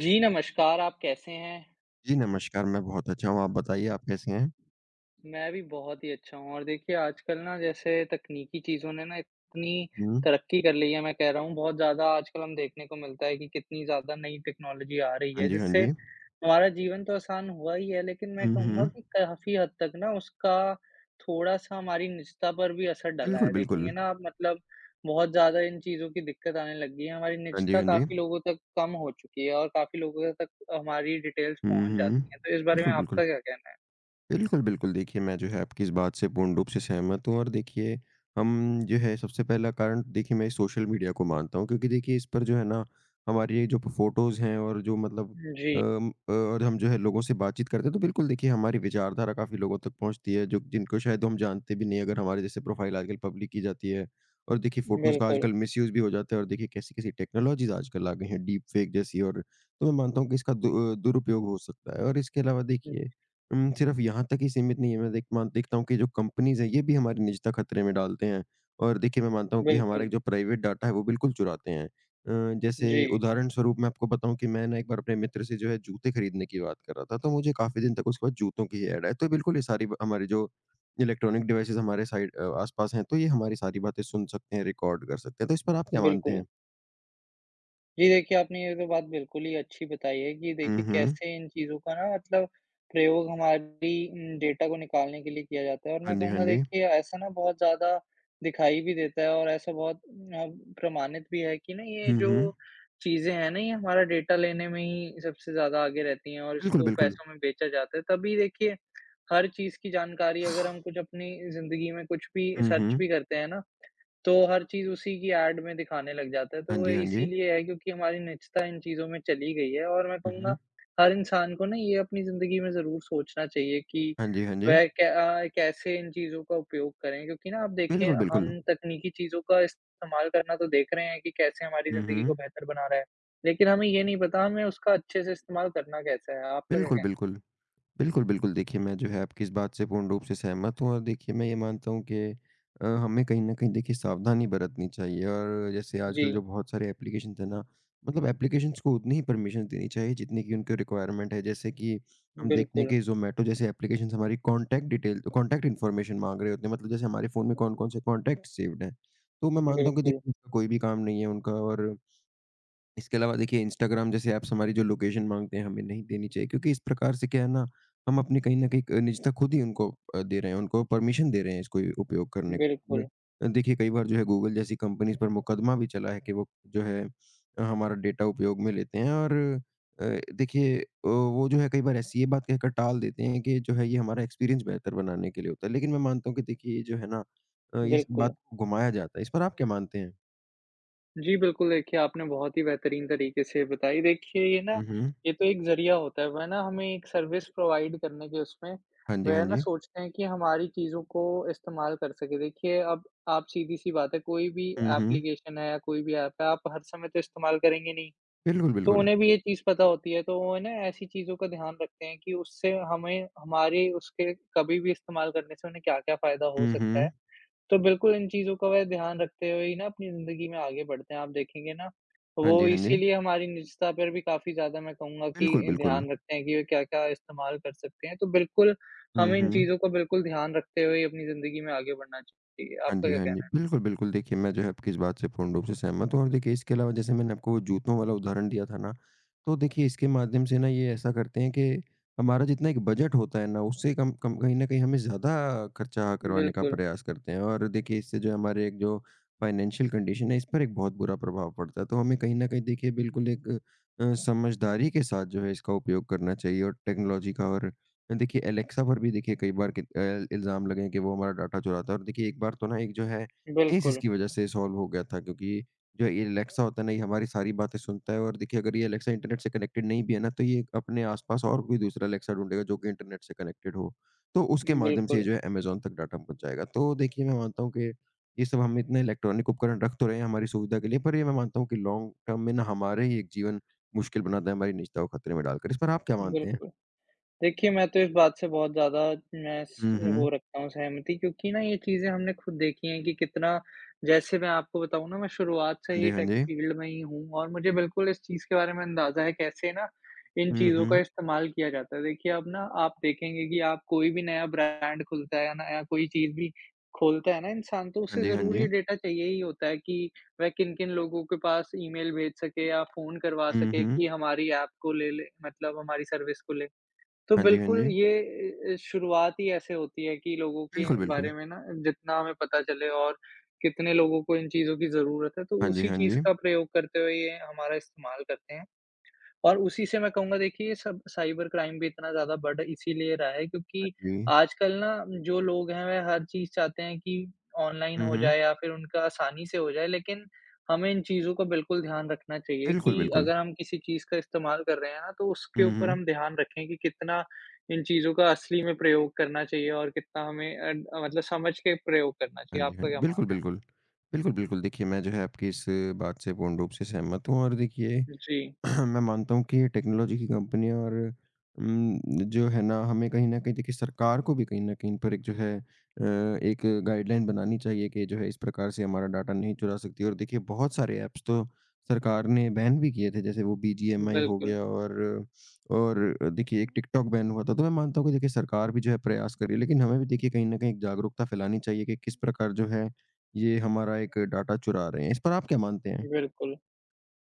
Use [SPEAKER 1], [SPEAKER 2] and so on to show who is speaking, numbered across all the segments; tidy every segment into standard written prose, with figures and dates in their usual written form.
[SPEAKER 1] जी, नमस्कार। आप कैसे हैं?
[SPEAKER 2] जी, नमस्कार, मैं बहुत अच्छा हूँ, आप बताइए आप कैसे हैं?
[SPEAKER 1] मैं भी बहुत ही अच्छा हूँ और देखिए आजकल ना जैसे तकनीकी चीज़ों ने ना इतनी
[SPEAKER 2] हुँ।
[SPEAKER 1] तरक्की कर ली है, मैं कह रहा हूँ बहुत ज़्यादा आजकल हम देखने को मिलता है कि कितनी ज़्यादा नई टेक्नोलॉजी आ रही
[SPEAKER 2] हाँ
[SPEAKER 1] है
[SPEAKER 2] जी, हाँ
[SPEAKER 1] जिससे
[SPEAKER 2] जी।
[SPEAKER 1] हमारा जीवन तो आसान हुआ ही है, लेकिन मैं
[SPEAKER 2] हुँ,
[SPEAKER 1] कहूँगा
[SPEAKER 2] हुँ।
[SPEAKER 1] कि काफ़ी हद तक ना उसका थोड़ा-सा हमारी निजता पर भी असर डला
[SPEAKER 2] बिल्कुल,
[SPEAKER 1] है। देखेंगे
[SPEAKER 2] बिल्कुल।
[SPEAKER 1] ना आप मतलब बहुत ज़्यादा इन चीज़ों की दिक्कत आने लग गई है, हमारी
[SPEAKER 2] हाँ जी,
[SPEAKER 1] निजता
[SPEAKER 2] हाँ जी।
[SPEAKER 1] काफ़ी लोगों तक कम हो चुकी है और काफ़ी लोगों तक हमारी डिटेल्स
[SPEAKER 2] हुँ,
[SPEAKER 1] पहुँच
[SPEAKER 2] हुँ।
[SPEAKER 1] जाती हैं, तो इस बारे में
[SPEAKER 2] बिल्कुल,
[SPEAKER 1] आपका
[SPEAKER 2] बिल्कुल।
[SPEAKER 1] क्या कहना है?
[SPEAKER 2] बिल्कुल, बिल्कुल। देखिए, मैं जो है आपकी इस बात से पूर्ण रूप से सहमत हूँ और देखिए, हम जो है सबसे पहला कारण देखिए मैं सोशल मीडिया को मानता हूँ क्योंकि देखिए इस पर जो है ना, हमारी ये जो प फ़ोटोज़ हैं और जो मतलब
[SPEAKER 1] जी,
[SPEAKER 2] और हम जो है लोगों से बातचीत करते हैं तो बिल्कुल देखिए हमारी विचारधारा काफ़ी लोगों तक पहुँचती है जो जिनको शायद हम जानते भी नहीं अगर हमारे जैसे प्रोफ़ाइल आजकल पब्लिक की जाती है। और देखिए फ़ोटोज़ का
[SPEAKER 1] बिल्कुल।
[SPEAKER 2] आजकल मिसयूज़ भी हो जाता है और देखिए कैसी-कैसी टेक्नोलॉज़ीज़ आजकल आ गई हैं, डीप फ़ेक जैसी और तो मैं मानता हूँ कि इसका दुरुपयोग हो सकता है और इसके अलावा देखिए सिर्फ़ यहाँ तक ही सीमित नहीं है, मैं देखता हूँ कि जो कंपनीज़ हैं, ये भी हमारी निजता खतरे में डालते हैं। और देखिए, मैं मानता हूँ कि हमारा
[SPEAKER 1] बिल्कुल,
[SPEAKER 2] एक जो प्राइवेट डाटा है, वो बिल्कुल चुराते हैं। जैसे
[SPEAKER 1] जी,
[SPEAKER 2] उदाहरण स्वरूप मैं आपको बताऊँ कि मैं ना एक बार अपने मित्र से जो है जूते खरीदने की बात कर रहा था, तो मुझे काफ़ी दिन तक उसके पास जूतों की ही ऐड आई। तो बिल्कुल ये सारी ब हमारी जो इलेक्ट्रॉनिक डिवाइसेज़ हमारे आस-पास हैं, तो ये हमारी सारी बातें सुन सकते हैं, रिकॉर्ड कर सकते हैं। तो इस पर आप क्या मानते
[SPEAKER 1] बिल्कुल।
[SPEAKER 2] हैं?
[SPEAKER 1] जी, देखिए आपने ये तो बात बिल्कुल ही अच्छी बताई है कि
[SPEAKER 2] हुँ,
[SPEAKER 1] देखिए
[SPEAKER 2] हुँ।
[SPEAKER 1] कैसे इन चीज़ों का ना मतलब प्रयोग हमारी डेटा को निकालने के लिए किया जाता है और
[SPEAKER 2] हाँ
[SPEAKER 1] मैं
[SPEAKER 2] जी, हाँ
[SPEAKER 1] कहूँगा
[SPEAKER 2] जी।
[SPEAKER 1] देखिए ऐसा ना बहुत ज़्यादा दिखाई भी देता है और ऐसा बहुत प्रमाणित भी है कि ना ये
[SPEAKER 2] हुँ,
[SPEAKER 1] जो
[SPEAKER 2] हुँ।
[SPEAKER 1] चीज़ें हैं ना ये हमारा डेटा लेने में ही सबसे ज़्यादा आगे रहती हैं और
[SPEAKER 2] बिल्कुल,
[SPEAKER 1] इसको
[SPEAKER 2] बिल्कुल।
[SPEAKER 1] पैसों में बेचा जाता है। तभी देखिए हर चीज़ की जानकारी अगर हम कुछ अपनी ज़िंदगी में कुछ भी
[SPEAKER 2] हुँ,
[SPEAKER 1] सर्च
[SPEAKER 2] हुँ।
[SPEAKER 1] भी करते हैं ना, तो हर चीज़ उसी की ऐड में दिखाने लग जाता है,
[SPEAKER 2] हाँ
[SPEAKER 1] तो वो
[SPEAKER 2] जी, हाँ जी।
[SPEAKER 1] इसीलिए है क्योंकि हमारी निजता इन चीज़ों में चली गई है और मैं
[SPEAKER 2] हुँ,
[SPEAKER 1] कहूँगा
[SPEAKER 2] हुँ।
[SPEAKER 1] हर इंसान को ना ये अपनी ज़िंदगी में ज़रूर सोचना चाहिए कि
[SPEAKER 2] हाँ जी, हाँ जी।
[SPEAKER 1] वह कैसे इन चीज़ों का उपयोग करें क्योंकि ना आप देखें
[SPEAKER 2] बिल्कुल, बिल्कुल।
[SPEAKER 1] हम तकनीकी चीज़ों का इस्तेमाल करना तो देख रहे हैं कि कैसे हमारी
[SPEAKER 2] हुँ,
[SPEAKER 1] ज़िंदगी को
[SPEAKER 2] हुँ।
[SPEAKER 1] बेहतर बना रहा है, लेकिन हमें ये नहीं पता हमें उसका अच्छे से इस्तेमाल करना कैसा है, आपका क्या
[SPEAKER 2] बिल्कुल,
[SPEAKER 1] कहना है?
[SPEAKER 2] बिल्कुल। बिल्कुल, बिल्कुल देखिए मैं जो है आपकी इस बात से पूर्ण रूप से सहमत हूँ और देखिए मैं ये मानता हूँ कि हमें कहीं न कहीं देखिए सावधानी बरतनी चाहिए और जैसे
[SPEAKER 1] जी,
[SPEAKER 2] आजकल जो बहुत सारे एप्लीकेशंस हैं ना, मतलब एप्लीकेशंस को उतनी ही परमिशंस देनी चाहिए जितनी की उनकी रिक्वायरमेंट है। जैसे कि हम देखते हैं
[SPEAKER 1] बिल्कुल,
[SPEAKER 2] कि ज़ोमैटो जैसे एप्लीकेशंस हमारी कॉन्टैक्ट इन्फॉर्मेशन माँग रहे होते हैं, मतलब जैसे हमारे फ़ोन में कौन-कौन से कॉन्टैक्ट सेव्ड हैं। तो मैं मानता हूँ कि
[SPEAKER 1] बिल्कुल,
[SPEAKER 2] देखिए उसका कोई भी काम नहीं है उनका और इसके अलावा देखिए इंस्टाग्राम जैसे ऐप्स हमारी जो लोकेशन मांगते हैं हमें नहीं देनी चाहिए क्योंकि इस प्रकार से क्या है ना हम अपनी कहीं न कहीं एक निजता खुद ही उनको दे रहे हैं, उनको परमिशन दे रहे हैं इसको उपयोग करने को।
[SPEAKER 1] बिल्कुल,
[SPEAKER 2] देखिए कई बार जो है गूगल जैसी कंपनीज़ पर मुकदमा भी चला है कि वो जो है हमारा डेटा उपयोग में लेते हैं और अ, देखिए वो जो है कई बार ऐसी ये बात कहकर टाल देते हैं कि जो है ये हमारा एक्सपीरियंस बेहतर बनाने के लिए होता है। लेकिन मैं मानता हूँ कि देखिए ये जो है ना इस बात
[SPEAKER 1] बिल्कुल।
[SPEAKER 2] को घुमाया जाता है। इस पर आप क्या मानते हैं?
[SPEAKER 1] जी, बिल्कुल, देखिए आपने बहुत ही बेहतरीन तरीके से बताई। देखिए ये ना,
[SPEAKER 2] हुँ, हुँ।
[SPEAKER 1] ये तो एक ज़रिया होता है, वह ना हमें एक सर्विस प्रोवाइड करने के उसमें
[SPEAKER 2] हाँ जी, हाँ
[SPEAKER 1] वह ना
[SPEAKER 2] जी।
[SPEAKER 1] सोचते हैं कि हमारी चीज़ों को इस्तेमाल कर सकें। देखिए अब आप सीधी-सी बात है, कोई भी
[SPEAKER 2] हुँ, हुँ।
[SPEAKER 1] एप्लीकेशन है या कोई भी ऐप है, आप हर समय तो इस्तेमाल करेंगे नहीं,
[SPEAKER 2] बिल्कुल,
[SPEAKER 1] तो
[SPEAKER 2] बिल्कुल।
[SPEAKER 1] उन्हें भी ये चीज़ पता होती है, तो वो ना ऐसी चीज़ों का ध्यान रखते हैं कि उससे हमें हमारे उसके कभी भी इस्तेमाल करने से उन्हें क्या-क्या फ़ायदा हो
[SPEAKER 2] हुँ,
[SPEAKER 1] सकता है।
[SPEAKER 2] हुँ।
[SPEAKER 1] तो बिल्कुल इन चीज़ों का वह ध्यान रखते हुए ही ना अपनी ज़िंदगी में आगे बढ़ते हैं। आप देखेंगे ना,
[SPEAKER 2] हाँ जी,
[SPEAKER 1] वो
[SPEAKER 2] हाँ जी।
[SPEAKER 1] इसीलिए हमारी निजता पर भी काफ़ी ज़्यादा मैं कहूँगा
[SPEAKER 2] बिल्कुल,
[SPEAKER 1] कि
[SPEAKER 2] बिल्कुल।
[SPEAKER 1] ध्यान रखते हैं कि वे क्या-क्या इस्तेमाल कर सकते हैं। तो बिल्कुल,
[SPEAKER 2] हुँ,
[SPEAKER 1] हमें इन
[SPEAKER 2] हुँ।
[SPEAKER 1] चीज़ों का बिल्कुल ध्यान रखते हुए ही अपनी ज़िंदगी में आगे बढ़ना चाहिए।
[SPEAKER 2] हाँ
[SPEAKER 1] आपका
[SPEAKER 2] जी,
[SPEAKER 1] क्या
[SPEAKER 2] हाँ जी।
[SPEAKER 1] कहना
[SPEAKER 2] बिल्कुल, बिल्कुल देखिए मैं जो है आपकी इस बात से पूर्ण रूप से सहमत हूँ और देखिए इसके अलावा जैसे मैंने आपको वो जूतों वाला उदाहरण दिया था ना, तो देखिए इसके माध्यम से ना ये ऐसा करते हैं कि हमारा जितना एक बजट होता है ना उससे कम कम कहीं न कहीं हमें ज़्यादा खर्चा
[SPEAKER 1] है?
[SPEAKER 2] करवाने का
[SPEAKER 1] बिल्कुल,
[SPEAKER 2] प्रयास करते हैं और देखिए इससे जो है हमारे एक जो फाइनेंशियल कंडीशन है इस पर एक बहुत बुरा प्रभाव पड़ता है। तो हमें कहीं न कहीं देखिए बिल्कुल एक समझदारी के साथ जो है इसका उपयोग करना चाहिए और टेक्नोलॉजी का और देखिए, एलेक्सा पर भी देखिए कई बार कि इल्ज़ाम लगे हैं कि वो हमारा डाटा चुराता है और देखिए एक बार तो ना एक जो है केस
[SPEAKER 1] बिल्कुल,
[SPEAKER 2] इसकी वज़ह से सॉल्व हो गया था क्योंकि जो ये एलेक्सा होता है ना, ये हमारी सारी बातें सुनता है और देखिए अगर ये एलेक्सा इंटरनेट से कनेक्टेड नहीं भी है ना, तो ये अपने आस-पास और कोई दूसरा एलेक्सा ढूँढेगा जो कि इंटरनेट से कनेक्टेड हो। तो उसके माध्यम से ये
[SPEAKER 1] बिल्कुल,
[SPEAKER 2] जो है अमेज़न तक डाटा पहुँचाएगा। तो देखिए मैं मानता हूँ कि ये सब हम इतने इलेक्ट्रॉनिक उपकरण रख तो रहे हैं हमारी सुविधा के लिए, पर ये मैं मानता हूँ कि लॉन्ग टर्म में ना हमारे ही एक जीवन मुश्किल बनाता है, हमारी निजता को खतरे में डालकर। इस पर आप क्या मानते हैं?
[SPEAKER 1] बिल्कुल। देखिए, मैं तो इस बात से बहुत ज़्यादा मैं स
[SPEAKER 2] हुँ,
[SPEAKER 1] वो
[SPEAKER 2] हुँ।
[SPEAKER 1] रखता हूँ सहमति क्योंकि ना ये चीज़ें हमने खुद देखी हैं कि कितना जैसे मैं आपको बताऊँ ना मैं शुरुआत से
[SPEAKER 2] हाँ जी,
[SPEAKER 1] ही
[SPEAKER 2] हाँ
[SPEAKER 1] टेक
[SPEAKER 2] जी।
[SPEAKER 1] फ़ील्ड में ही हूँ और मुझे बिल्कुल इस चीज़ के बारे में अंदाज़ा है कैसे ना इन
[SPEAKER 2] हुँ,
[SPEAKER 1] चीज़ों का
[SPEAKER 2] हुँ।
[SPEAKER 1] इस्तेमाल किया जाता है। देखिए, अब ना आप देखेंगे कि आप कोई भी नया ब्रांड खुलता है या नया कोई चीज़ भी खोलता है ना इंसान तो
[SPEAKER 2] हाँ
[SPEAKER 1] उसे
[SPEAKER 2] जी, हाँ
[SPEAKER 1] ज़रूर
[SPEAKER 2] जी।
[SPEAKER 1] ये डेटा चाहिए ही होता है कि वह किन-किन लोगों के पास ईमेल भेज सके या फ़ोन करवा
[SPEAKER 2] हुँ,
[SPEAKER 1] सके
[SPEAKER 2] हुँ।
[SPEAKER 1] कि हमारी ऐप को ले ले मतलब हमारी सर्विस को ले। तो
[SPEAKER 2] हाँ जी, हाँ
[SPEAKER 1] बिल्कुल
[SPEAKER 2] जी।
[SPEAKER 1] ये शुरुआत ही ऐसे होती है कि लोगों के
[SPEAKER 2] बिल्कुल,
[SPEAKER 1] बारे
[SPEAKER 2] बिल्कुल।
[SPEAKER 1] में ना जितना हमें पता चले और कितने लोगों को इन चीज़ों की ज़रूरत है, तो
[SPEAKER 2] हाँ जी,
[SPEAKER 1] उसी
[SPEAKER 2] हाँ
[SPEAKER 1] चीज़
[SPEAKER 2] जी।
[SPEAKER 1] का प्रयोग करते हुए ये हमारा इस्तेमाल करते हैं। और उसी से मैं कहूँगा देखिए ये सब साइबर क्राइम भी इतना ज़्यादा बढ़ इसीलिए रहा है
[SPEAKER 2] हाँ
[SPEAKER 1] क्योंकि
[SPEAKER 2] जी।
[SPEAKER 1] आजकल ना जो लोग हैं वह हर चीज़ चाहते हैं कि ऑनलाइन
[SPEAKER 2] हुँ,
[SPEAKER 1] हो
[SPEAKER 2] हुँ।
[SPEAKER 1] जाए या फिर उनका आसानी से हो जाए। लेकिन हमें इन चीज़ों का बिल्कुल ध्यान रखना चाहिए
[SPEAKER 2] बिल्कुल,
[SPEAKER 1] कि
[SPEAKER 2] बिल्कुल।
[SPEAKER 1] अगर हम किसी चीज़ का इस्तेमाल कर रहे हैं ना, तो उसके
[SPEAKER 2] हुँ,
[SPEAKER 1] ऊपर
[SPEAKER 2] हुँ।
[SPEAKER 1] हम ध्यान रखें कि कितना इन चीज़ों का असली में प्रयोग करना चाहिए और कितना हमें मतलब समझ के प्रयोग करना
[SPEAKER 2] हाँ
[SPEAKER 1] चाहिए।
[SPEAKER 2] जी, हाँ
[SPEAKER 1] आपका
[SPEAKER 2] जी।
[SPEAKER 1] क्या
[SPEAKER 2] बिल्कुल,
[SPEAKER 1] मानना है?
[SPEAKER 2] बिल्कुल। बिल्कुल, बिल्कुल। देखिए, मैं जो है आपकी इस बात से पूर्ण रूप से सहमत हूँ और देखिए
[SPEAKER 1] जी,
[SPEAKER 2] मैं मानता हूँ कि ये टेक्नोलॉजी की कंपनियाँ और उम, जो है ना हमें कहीं न कहीं देखिए सरकार को भी कहीं न कहीं इन पर एक जो है एक गाइडलाइन बनानी चाहिए कि जो है इस प्रकार से हमारा डाटा नहीं चुरा सकती और देखिए बहुत सारे ऐप्स तो सरकार ने बैन भी किए थे जैसे वो बीजीएमआई हो
[SPEAKER 1] बिल्कुल,
[SPEAKER 2] गया और देखिए एक टिकटॉक बैन हुआ था। तो मैं मानता हूँ कि देखिए सरकार भी जो है प्रयास कर रही है लेकिन हमें भी देखिए कहीं न कहीं एक जागरूकता फैलानी चाहिए कि किस प्रकार जो है ये हमारा एक डाटा चुरा रहे हैं। इस पर आप क्या मानते हैं?
[SPEAKER 1] बिल्कुल।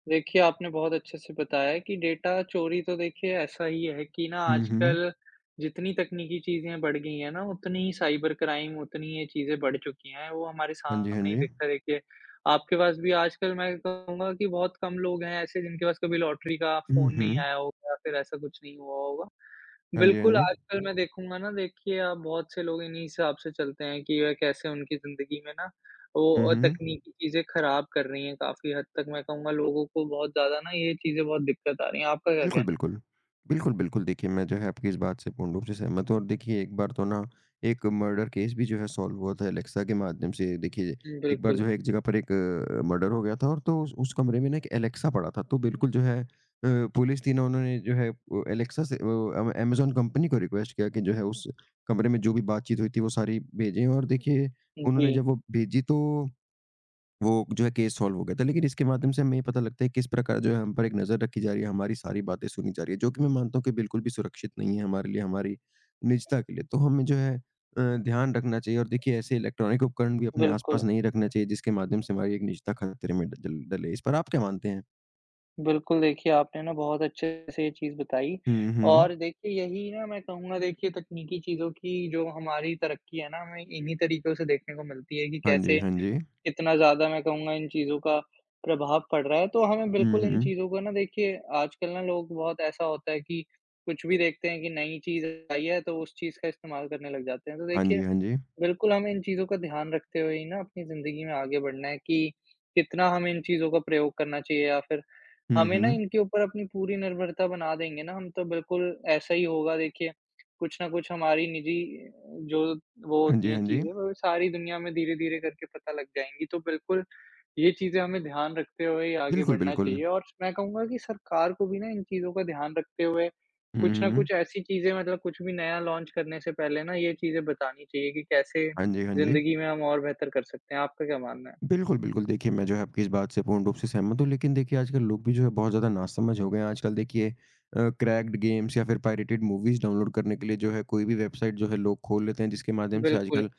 [SPEAKER 1] देखिए, आपने बहुत अच्छे से बताया कि डेटा चोरी तो देखिए ऐसा ही है कि ना
[SPEAKER 2] हुँ, हुँ।
[SPEAKER 1] आजकल जितनी तकनीकी चीज़ें बढ़ गई हैं ना, उतनी ही साइबर क्राइम, उतनी ये चीज़ें बढ़ चुकी हैं, वो हमारे
[SPEAKER 2] हाँ जी, हाँ
[SPEAKER 1] सामने ही
[SPEAKER 2] जी।
[SPEAKER 1] दिखता है देखिए। आपके पास भी आजकल मैं कहूँगा कि बहुत कम लोग हैं ऐसे जिनके पास कभी लॉटरी का
[SPEAKER 2] हुँ,
[SPEAKER 1] फ़ोन नहीं
[SPEAKER 2] हुँ।
[SPEAKER 1] आया होगा या फिर ऐसा कुछ नहीं हुआ होगा।
[SPEAKER 2] हाँ जी, हाँ
[SPEAKER 1] बिल्कुल,
[SPEAKER 2] जी।
[SPEAKER 1] आजकल मैं देखूँगा ना देखिए आप बहुत से लोग इन्हीं हिसाब से चलते हैं कि वह कैसे उनकी ज़िंदगी में ना
[SPEAKER 2] हुँ,
[SPEAKER 1] तो
[SPEAKER 2] हुँ।
[SPEAKER 1] तकनीकी चीज़ें ख़राब कर रही हैं काफ़ी हद तक मैं कहूँगा लोगों को बहुत ज़्यादा ना ये चीज़ें बहुत दिक्कत आ रही हैं। आपका क्या
[SPEAKER 2] बिल्कुल,
[SPEAKER 1] कहना है?
[SPEAKER 2] बिल्कुल। बिल्कुल, बिल्कुल देखिए मैं जो है आपकी इस बात से पूर्ण रूप से सहमत हूँ और देखिए एक बार तो ना एक मर्डर केस भी जो है सॉल्व हुआ था एलेक्सा के माध्यम से। देखिए एक बार जो
[SPEAKER 1] बिल्कुल।
[SPEAKER 2] है एक जगह पर एक मर्डर हो गया था और तो उस कमरे में ना एक एलेक्सा पड़ा था। तो बिल्कुल जो है पुलिस थी ना उन्होंने जो है एलेक्सा से वो अम अमेज़न कंपनी को रिक्वेस्ट किया कि जो है उस कमरे में जो भी बातचीत हुई थी वो सारी भेजें और देखिए उन्होंने
[SPEAKER 1] जी,
[SPEAKER 2] जब वो भेजी तो वो जो है केस सॉल्व हो गया था। लेकिन इसके माध्यम से हमें ये पता लगता है किस प्रकार जो है हम पर एक नज़र रखी जा रही है, हमारी सारी बातें सुनी जा रही है, जो कि मैं मानता हूँ कि बिल्कुल भी सुरक्षित नहीं है हमारे लिए, हमारी निजता के लिए। तो हमें जो है ध्यान रखना चाहिए और देखिए ऐसे इलेक्ट्रॉनिक उपकरण भी अपने आस-पास
[SPEAKER 1] बिल्कुल।
[SPEAKER 2] नहीं रखना चाहिए जिसके माध्यम से हमारी एक निजता खतरे में ड डल डले। इस पर आप क्या मानते हैं?
[SPEAKER 1] बिल्कुल, देखिए आपने ना बहुत अच्छे से ये चीज़ बताई
[SPEAKER 2] हुँ, हुँ।
[SPEAKER 1] और देखिए यही ना मैं कहूँगा देखिए तकनीकी चीज़ों की जो हमारी तरक्की है ना, हमें इन्हीं तरीकों से देखने को मिलती है कि
[SPEAKER 2] हाँ जी,
[SPEAKER 1] कैसे
[SPEAKER 2] हाँ जी।
[SPEAKER 1] इतना ज़्यादा मैं कहूँगा इन चीज़ों का प्रभाव पड़ रहा है, तो हमें
[SPEAKER 2] हुँ,
[SPEAKER 1] बिल्कुल इन
[SPEAKER 2] हुँ।
[SPEAKER 1] चीज़ों को ना देखिए आजकल ना लोग बहुत ऐसा होता है कि कुछ भी देखते हैं कि नई चीज़ आई है, तो उस चीज़ का इस्तेमाल करने लग जाते हैं। तो
[SPEAKER 2] हाँ जी,
[SPEAKER 1] देखिए,
[SPEAKER 2] हाँ जी।
[SPEAKER 1] बिल्कुल हमें इन चीज़ों का ध्यान रखते हुए ही ना अपनी ज़िंदगी में आगे बढ़ना है कि कितना हमें इन चीज़ों का प्रयोग करना चाहिए या फिर
[SPEAKER 2] हुँ,
[SPEAKER 1] हमें ना
[SPEAKER 2] हुँ।
[SPEAKER 1] इनके ऊपर अपनी पूरी निर्भरता बना देंगे ना हम तो बिल्कुल ऐसा ही होगा देखिए, कुछ न कुछ हमारी निजी अ, जो वो
[SPEAKER 2] हाँ
[SPEAKER 1] होती
[SPEAKER 2] जी,
[SPEAKER 1] हैं
[SPEAKER 2] हाँ जी।
[SPEAKER 1] चीज़ें वो सारी दुनिया में धीरे-धीरे करके पता लग जाएँगी। तो बिल्कुल ये चीज़ें हमें ध्यान रखते हुए ही आगे
[SPEAKER 2] बिल्कुल,
[SPEAKER 1] बढ़ना
[SPEAKER 2] बिल्कुल।
[SPEAKER 1] चाहिए और मैं कहूँगा कि सरकार को भी ना इन चीज़ों का ध्यान रखते हुए
[SPEAKER 2] हुँ,
[SPEAKER 1] कुछ न
[SPEAKER 2] हुँ।
[SPEAKER 1] कुछ ऐसी चीज़ें मतलब कुछ भी नया लॉन्च करने से पहले ना ये चीज़ें बतानी चाहिए कि कैसे
[SPEAKER 2] हाँ जी, हाँ जी।
[SPEAKER 1] ज़िंदगी में हम और बेहतर कर सकते हैं। आपका क्या मानना है?
[SPEAKER 2] बिल्कुल, बिल्कुल। देखिए, मैं जो है आपकी इस बात से पूर्ण रूप से सहमत हूँ, लेकिन देखिए आजकल लोग भी जो है बहुत ज़्यादा नासमझ हो गए हैं। आजकल देखिए क्रैक्ड गेम्स या फिर पायरेटेड मूवीज़ डाउनलोड करने के लिए जो है कोई भी वेबसाइट जो है लोग खोल लेते हैं, जिसके माध्यम से
[SPEAKER 1] बिल्कुल,
[SPEAKER 2] आजकल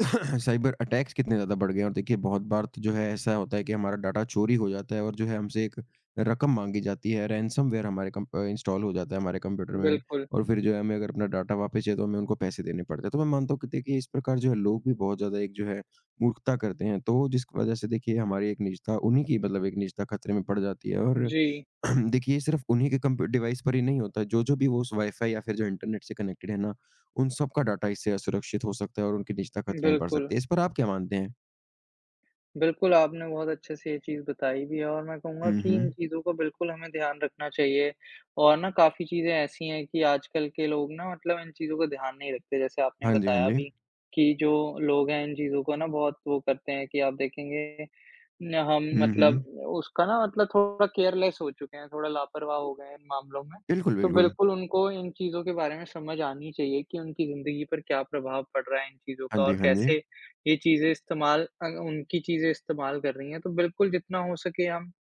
[SPEAKER 2] साइबर अटैक्स कितने ज़्यादा बढ़ गए हैं और देखिए बहुत बार तो जो है ऐसा होता है कि हमारा डाटा चोरी हो जाता है और जो है हमसे एक रकम माँगी जाती है, रैनसमवेयर हमारे इंस्टॉल हो जाता है हमारे कंप्यूटर में
[SPEAKER 1] बिल्कुल।
[SPEAKER 2] और फिर जो है हमें अगर अपना डाटा वापस चाहिए तो हमें उनको पैसे देने पड़ते हैं। तो मैं मानता हूँ कि देखिए इस प्रकार जो है लोग भी बहुत ज़्यादा एक जो है मूर्खता करते हैं। तो जिस वज़ह से देखिए हमारी एक निजता उन्हीं की मतलब एक निजता खतरे में पड़ जाती है और
[SPEAKER 1] जी,
[SPEAKER 2] देखिए सिर्फ़ उन्हीं के कंप्यू डिवाइस पर ही नहीं होता, जो-जो भी वो उस वाईफ़ाई या फिर जो इंटरनेट से कनेक्टेड है ना, उन सब का डाटा इससे असुरक्षित हो सकता है और उनकी निजता खतरे में पड़
[SPEAKER 1] बिल्कुल।
[SPEAKER 2] सकती है। इस पर आप क्या मानते हैं?
[SPEAKER 1] बिल्कुल, आपने बहुत अच्छे से ये चीज़ बताई भी है और मैं कहूँगा
[SPEAKER 2] हुँ,
[SPEAKER 1] कि
[SPEAKER 2] हुँ।
[SPEAKER 1] इन चीज़ों का बिल्कुल हमें ध्यान रखना चाहिए और ना काफ़ी चीज़ें ऐसी हैं कि आजकल के लोग ना मतलब इन चीज़ों का ध्यान नहीं रखते। जैसे आपने
[SPEAKER 2] हाँ जी, हाँ
[SPEAKER 1] बताया
[SPEAKER 2] जी।
[SPEAKER 1] भी कि जो लोग हैं, इन चीज़ों को ना बहुत वो करते हैं कि आप देखेंगे न हम
[SPEAKER 2] हुँ,
[SPEAKER 1] मतलब
[SPEAKER 2] हुँ।
[SPEAKER 1] उसका ना मतलब थोड़ा केयरलेस हो चुके हैं, थोड़ा लापरवाह हो गए हैं इन मामलों में।
[SPEAKER 2] बिल्कुल,
[SPEAKER 1] तो
[SPEAKER 2] बिल्कुल।
[SPEAKER 1] बिल्कुल उनको इन चीज़ों के बारे में समझ आनी चाहिए कि उनकी ज़िंदगी पर क्या प्रभाव पड़ रहा है इन चीज़ों
[SPEAKER 2] हाँ
[SPEAKER 1] का
[SPEAKER 2] जी,
[SPEAKER 1] और
[SPEAKER 2] हाँ जी।
[SPEAKER 1] कैसे ये चीज़ें उनकी चीज़ें इस्तेमाल कर रही हैं। तो बिल्कुल जितना हो सके हम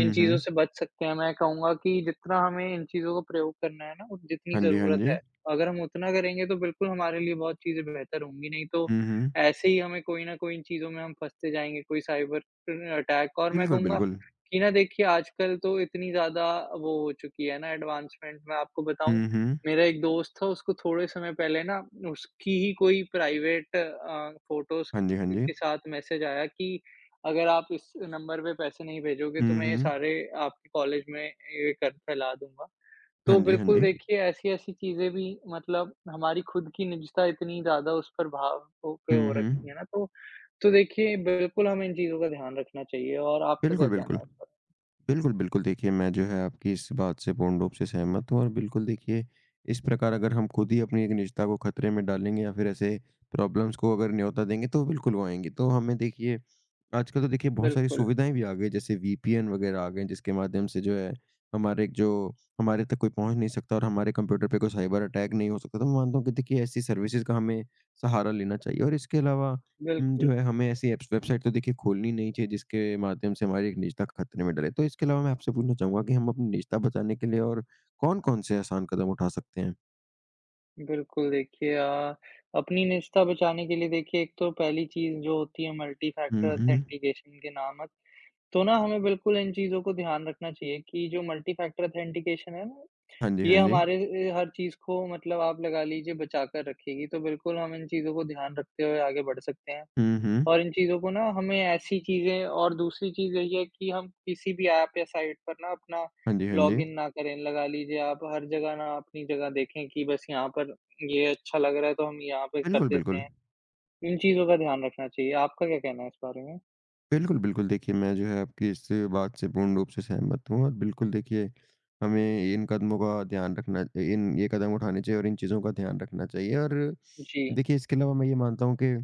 [SPEAKER 1] इन चीज़ों
[SPEAKER 2] हुँ।
[SPEAKER 1] से बच सकते हैं। मैं कहूँगा कि जितना हमें इन चीज़ों का प्रयोग करना है ना, उत जितनी
[SPEAKER 2] हाँ जी, हाँ
[SPEAKER 1] ज़रूरत
[SPEAKER 2] जी। हुँ,
[SPEAKER 1] है, अगर हम उतना करेंगे तो बिल्कुल हमारे लिए बहुत चीज़ें बेहतर होंगी। नहीं तो
[SPEAKER 2] हुँ।
[SPEAKER 1] ऐसे ही हमें कोई न कोई इन चीज़ों में हम फँसते जाएँगे, कोई साइबर अटैक और मैं
[SPEAKER 2] बिल्कुल,
[SPEAKER 1] कहूँगा
[SPEAKER 2] बिल्कुल।
[SPEAKER 1] कि ना देखिए आजकल तो इतनी ज़्यादा वो हो चुकी है ना एडवांसमेंट, मैं आपको बताऊँ
[SPEAKER 2] हुँ, हुँ।
[SPEAKER 1] मेरा एक दोस्त था, उसको थोड़े समय पहले ना उसकी ही कोई प्राइवेट फ़ोटोज़ क
[SPEAKER 2] हाँ जी, हाँ जी।
[SPEAKER 1] के साथ मैसेज आया कि अगर आप इस नंबर पे पैसे नहीं भेजोगे तो
[SPEAKER 2] हुँ,
[SPEAKER 1] मैं ये
[SPEAKER 2] हुँ।
[SPEAKER 1] सारे आपके कॉलेज में ये कर फैला दूँगा।
[SPEAKER 2] हाँ
[SPEAKER 1] तो
[SPEAKER 2] जी, हाँ
[SPEAKER 1] बिल्कुल
[SPEAKER 2] जी।
[SPEAKER 1] देखिए, ऐसी-ऐसी चीज़ें भी मतलब हमारी खुद की निजता इतनी ज़्यादा उस पर भाव हो पे
[SPEAKER 2] हुँ,
[SPEAKER 1] हो रखी है
[SPEAKER 2] हुँ।
[SPEAKER 1] ना तो देखिए बिल्कुल हमें इन चीज़ों का ध्यान रखना चाहिए और आपका क्या
[SPEAKER 2] बिल्कुल,
[SPEAKER 1] कहना
[SPEAKER 2] बिल्कुल।
[SPEAKER 1] है इस पर?
[SPEAKER 2] बिल्कुल, बिल्कुल। देखिए, मैं जो है आपकी इस बात से पूर्ण रूप से सहमत हूँ और बिल्कुल देखिए, इस प्रकार अगर हम खुद ही अपनी एक निजता को खतरे में डालेंगे या फिर ऐसे प्रॉब्लम्स को अगर न्योता देंगे, तो बिल्कुल वो आएँगी। तो हमें देखिए आजकल तो देखिए बहुत सारी
[SPEAKER 1] बिल्कुल,
[SPEAKER 2] सुविधाएँ भी आ गई, जैसे वीपीएन वगैरह आ गए हैं, जिसके माध्यम से जो है हमारे एक जो हमारे तक कोई पहुँच नहीं सकता और हमारे कंप्यूटर पे कोई साइबर अटैक नहीं हो सकता। तो मैं मानता हूँ कि देखिए, ऐसी सर्विसेज़ का हमें सहारा लेना चाहिए और इसके अलावा जो
[SPEAKER 1] बिल्कुल,
[SPEAKER 2] है हमें ऐसी एप्स वेबसाइट तो देखिए खोलनी नहीं चाहिए जिसके माध्यम से हमारी एक निजता खतरे में डले। तो इसके अलावा मैं आपसे पूछना चाहूँगा कि हम अपनी निजता बचाने के लिए और कौन-कौन से आसान कदम उठा सकते हैं?
[SPEAKER 1] बिल्कुल देखिए अपनी निजता बचाने के लिए देखिए एक तो पहली चीज़ जो होती है मल्टी
[SPEAKER 2] हुँ,
[SPEAKER 1] फैक्टर
[SPEAKER 2] हुँ।
[SPEAKER 1] ऑथेंटिकेशन के नामक, तो ना हमें बिल्कुल इन चीज़ों को ध्यान रखना चाहिए कि जो मल्टी फैक्टर ऑथेंटिकेशन है ना
[SPEAKER 2] हाँ जी,
[SPEAKER 1] ये
[SPEAKER 2] हाँ जी।
[SPEAKER 1] हमारे हर चीज़ को मतलब आप लगा लीजिए बचा कर रखेगी, तो बिल्कुल हम इन चीज़ों को ध्यान रखते हुए आगे बढ़ सकते हैं।
[SPEAKER 2] हुँ, हुँ।
[SPEAKER 1] और इन चीज़ों को ना हमें ऐसी चीज़ें और दूसरी चीज़ यही है कि हम किसी भी ऐप या साइट पर ना अपना
[SPEAKER 2] हाँ जी, हाँ जी।
[SPEAKER 1] लॉगिन ना करें। लगा लीजिए आप हर जगह ना अपनी जगह देखें कि बस यहाँ पर ये अच्छा लग रहा है तो हम यहाँ पे कर
[SPEAKER 2] बिल्कुल,
[SPEAKER 1] देते
[SPEAKER 2] बिल्कुल।
[SPEAKER 1] हैं। इन चीज़ों का ध्यान रखना चाहिए। आपका क्या कहना है इस बारे में?
[SPEAKER 2] बिल्कुल, बिल्कुल। देखिए, मैं जो है आपकी इस बात से पूर्ण रूप से सहमत हूँ और बिल्कुल देखिए, हमें इन कदमों का ध्यान रखना इन ये कदम उठाने चाहिए और इन चीज़ों का ध्यान रखना चाहिए और
[SPEAKER 1] जी,
[SPEAKER 2] देखिए, इसके अलावा मैं ये मानता हूँ कि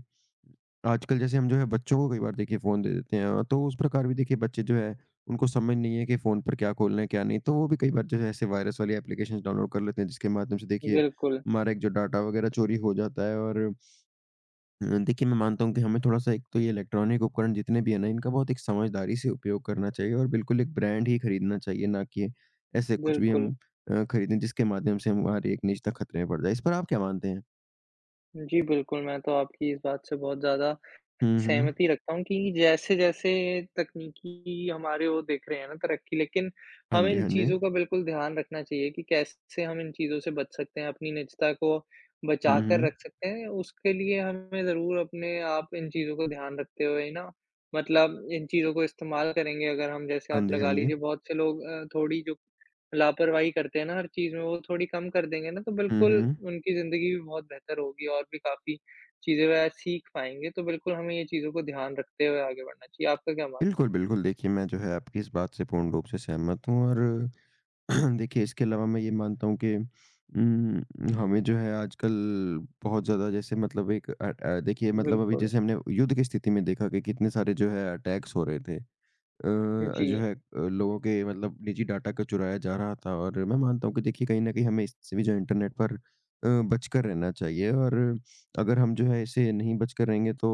[SPEAKER 2] आजकल जैसे हम जो है बच्चों को कई बार देखिए फ़ोन दे देते हैं, तो उस प्रकार भी देखिए बच्चे जो है उनको समझ नहीं है कि फ़ोन पर क्या खोलना है, क्या नहीं। तो वो भी कई बार जो है ऐसे वायरस वाली एप्लीकेशंस डाउनलोड कर लेते हैं, जिसके माध्यम से देखिए
[SPEAKER 1] बिल्कुल,
[SPEAKER 2] हमारा एक जो डाटा वगैरह चोरी हो जाता है और देखिए मैं मानता हूँ कि हमें थोड़ा-सा एक तो ये इलेक्ट्रॉनिक उपकरण जितने भी हैं ना, इनका बहुत एक समझदारी से उपयोग करना चाहिए और बिल्कुल एक ब्रांड ही खरीदना चाहिए, ना कि ऐसे कुछ भी
[SPEAKER 1] बिल्कुल।
[SPEAKER 2] हम खरीदें जिसके माध्यम से हमारी एक निजता खतरे में पड़ जाए। इस पर आप क्या मानते हैं?
[SPEAKER 1] जी, बिल्कुल, मैं तो आपकी इस बात से बहुत ज़्यादा
[SPEAKER 2] हुँ, हुँ।
[SPEAKER 1] सहमति रखता हूँ कि जैसे-जैसे तकनीकी हमारे वो दिख रहे हैं ना तरक्की, लेकिन
[SPEAKER 2] हाँ
[SPEAKER 1] हमें
[SPEAKER 2] जी,
[SPEAKER 1] इन
[SPEAKER 2] हाँ जी।
[SPEAKER 1] चीज़ों का बिल्कुल ध्यान रखना चाहिए कि कैसे हम इन चीज़ों से बच सकते हैं, अपनी निजता को बचा
[SPEAKER 2] हुँ,
[SPEAKER 1] कर
[SPEAKER 2] हुँ।
[SPEAKER 1] रख सकते हैं। उसके लिए हमें ज़रूर अपने आप इन चीज़ों को ध्यान रखते हुए ना मतलब इन चीज़ों को इस्तेमाल करेंगे अगर हम जैसे
[SPEAKER 2] हाँ
[SPEAKER 1] आप
[SPEAKER 2] जी, हाँ
[SPEAKER 1] लगा
[SPEAKER 2] जी।
[SPEAKER 1] लीजिए बहुत से लोग थोड़ी जो लापरवाही करते हैं ना हर चीज़ में, वो थोड़ी कम कर देंगे ना तो
[SPEAKER 2] हुँ,
[SPEAKER 1] बिल्कुल
[SPEAKER 2] हुँ।
[SPEAKER 1] उनकी ज़िंदगी भी बहुत बेहतर होगी और भी काफ़ी चीज़ें वगैरह सीख पाएँगे, तो बिल्कुल हमें ये चीज़ों को ध्यान रखते हुए आगे बढ़ना चाहिए। आपका क्या मानना
[SPEAKER 2] बिल्कुल, बिल्कुल देखिए मैं जो है आपकी इस बात से पूर्ण रूप से सहमत हूँ और देखिए इसके अलावा मैं ये मानता हूँ कि हमें जो है आजकल बहुत ज़्यादा जैसे मतलब एक देखिए
[SPEAKER 1] है?
[SPEAKER 2] मतलब अभी
[SPEAKER 1] बिल्कुल।
[SPEAKER 2] जैसे हमने युद्ध की स्थिति में देखा कि कितने सारे जो है अटैक्स हो रहे थे। अ, जो
[SPEAKER 1] जी,
[SPEAKER 2] है लोगों के मतलब निजी डाटा को चुराया जा रहा था और मैं मानता हूँ कि देखिए कहीं न कहीं हमें इससे भी जो है इंटरनेट पर बचकर रहना चाहिए और अगर हम जो है इससे नहीं बचकर रहेंगे तो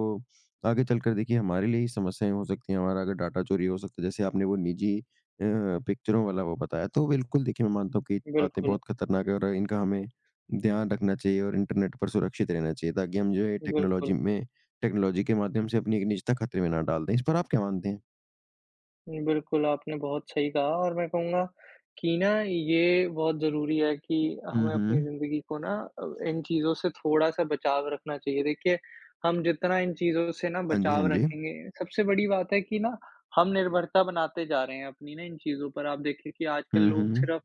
[SPEAKER 2] आगे चलकर देखिए हमारे लिए ही समस्याएँ हो सकती हैं, हमारा अगर डाटा चोरी हो सकता है। जैसे आपने वो निजी पिक्चरों वाला वो बताया, तो बिल्कुल देखिए मैं मानता हूँ कि ये बातें
[SPEAKER 1] बिल्कुल,
[SPEAKER 2] बहुत खतरनाक है और इनका हमें ध्यान रखना चाहिए और इंटरनेट पर सुरक्षित रहना चाहिए ताकि हम जो है
[SPEAKER 1] बिल्कुल।
[SPEAKER 2] टेक्नोलॉजी के माध्यम से अपनी एक निजता खतरे में ना डाल दें। इस पर आप क्या मानते हैं?
[SPEAKER 1] बिल्कुल, आपने बहुत सही कहा और मैं कहूँगा कि ना ये बहुत ज़रूरी है कि
[SPEAKER 2] हुँ,
[SPEAKER 1] हमें अपनी
[SPEAKER 2] हुँ।
[SPEAKER 1] ज़िंदगी को ना इन चीज़ों से थोड़ा-सा बचाव रखना चाहिए। देखिए, हम जितना इन चीज़ों से ना
[SPEAKER 2] हाँ जी, हाँ
[SPEAKER 1] बचाव
[SPEAKER 2] जी।
[SPEAKER 1] रखेंगे, सबसे बड़ी बात है कि ना हम निर्भरता बनाते जा रहे हैं अपनी ना इन चीज़ों पर। आप देखिए कि आजकल
[SPEAKER 2] हुँ,
[SPEAKER 1] लोग
[SPEAKER 2] हुँ।
[SPEAKER 1] सिर्फ़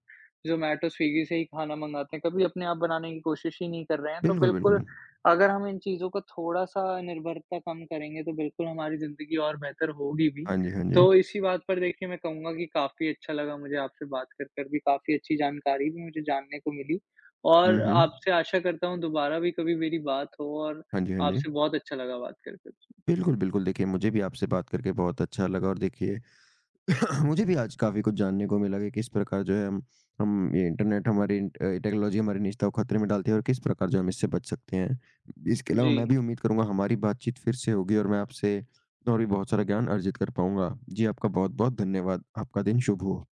[SPEAKER 1] ज़ोमैटो, स्विगी से ही खाना मँगाते हैं, कभी अपने आप बनाने की कोशिश ही नहीं कर रहे हैं। तो
[SPEAKER 2] बिल्कुल, बिल्कुल।
[SPEAKER 1] बिल्कुल, अगर हम इन चीज़ों को थोड़ा-सा निर्भरता कम करेंगे, तो बिल्कुल हमारी ज़िंदगी और बेहतर होगी भी।
[SPEAKER 2] हाँ जी, हाँ जी।
[SPEAKER 1] तो इसी बात पर देखिए मैं कहूँगा कि काफ़ी अच्छा लगा मुझे आपसे बात कर कर भी, काफ़ी अच्छी जानकारी भी मुझे जानने को मिली
[SPEAKER 2] हुँ,
[SPEAKER 1] और
[SPEAKER 2] हुँ।
[SPEAKER 1] आपसे आशा करता हूँ दोबारा भी कभी मेरी बात हो और
[SPEAKER 2] हाँ जी, हाँ जी।
[SPEAKER 1] आपसे बहुत अच्छा लगा बात कर कर।
[SPEAKER 2] बिल्कुल, बिल्कुल देखिए मुझे भी आपसे बात करके बहुत अच्छा लगा और देखिए मुझे भी आज काफ़ी कुछ जानने को मिला कि किस प्रकार जो है हम ये इंटरनेट हमारी इन टेक्नोलॉज़ी हमारे निजता को खतरे में डालती है और किस प्रकार जो हम इससे बच सकते हैं। इसके अलावा
[SPEAKER 1] जी।
[SPEAKER 2] मैं भी उम्मीद करूँगा हमारी बातचीत फिर से होगी और मैं आपसे और भी बहुत सारा ज्ञान अर्जित कर पाऊँगा। जी, आपका बहुत-बहुत धन्यवाद। आपका दिन शुभ हो।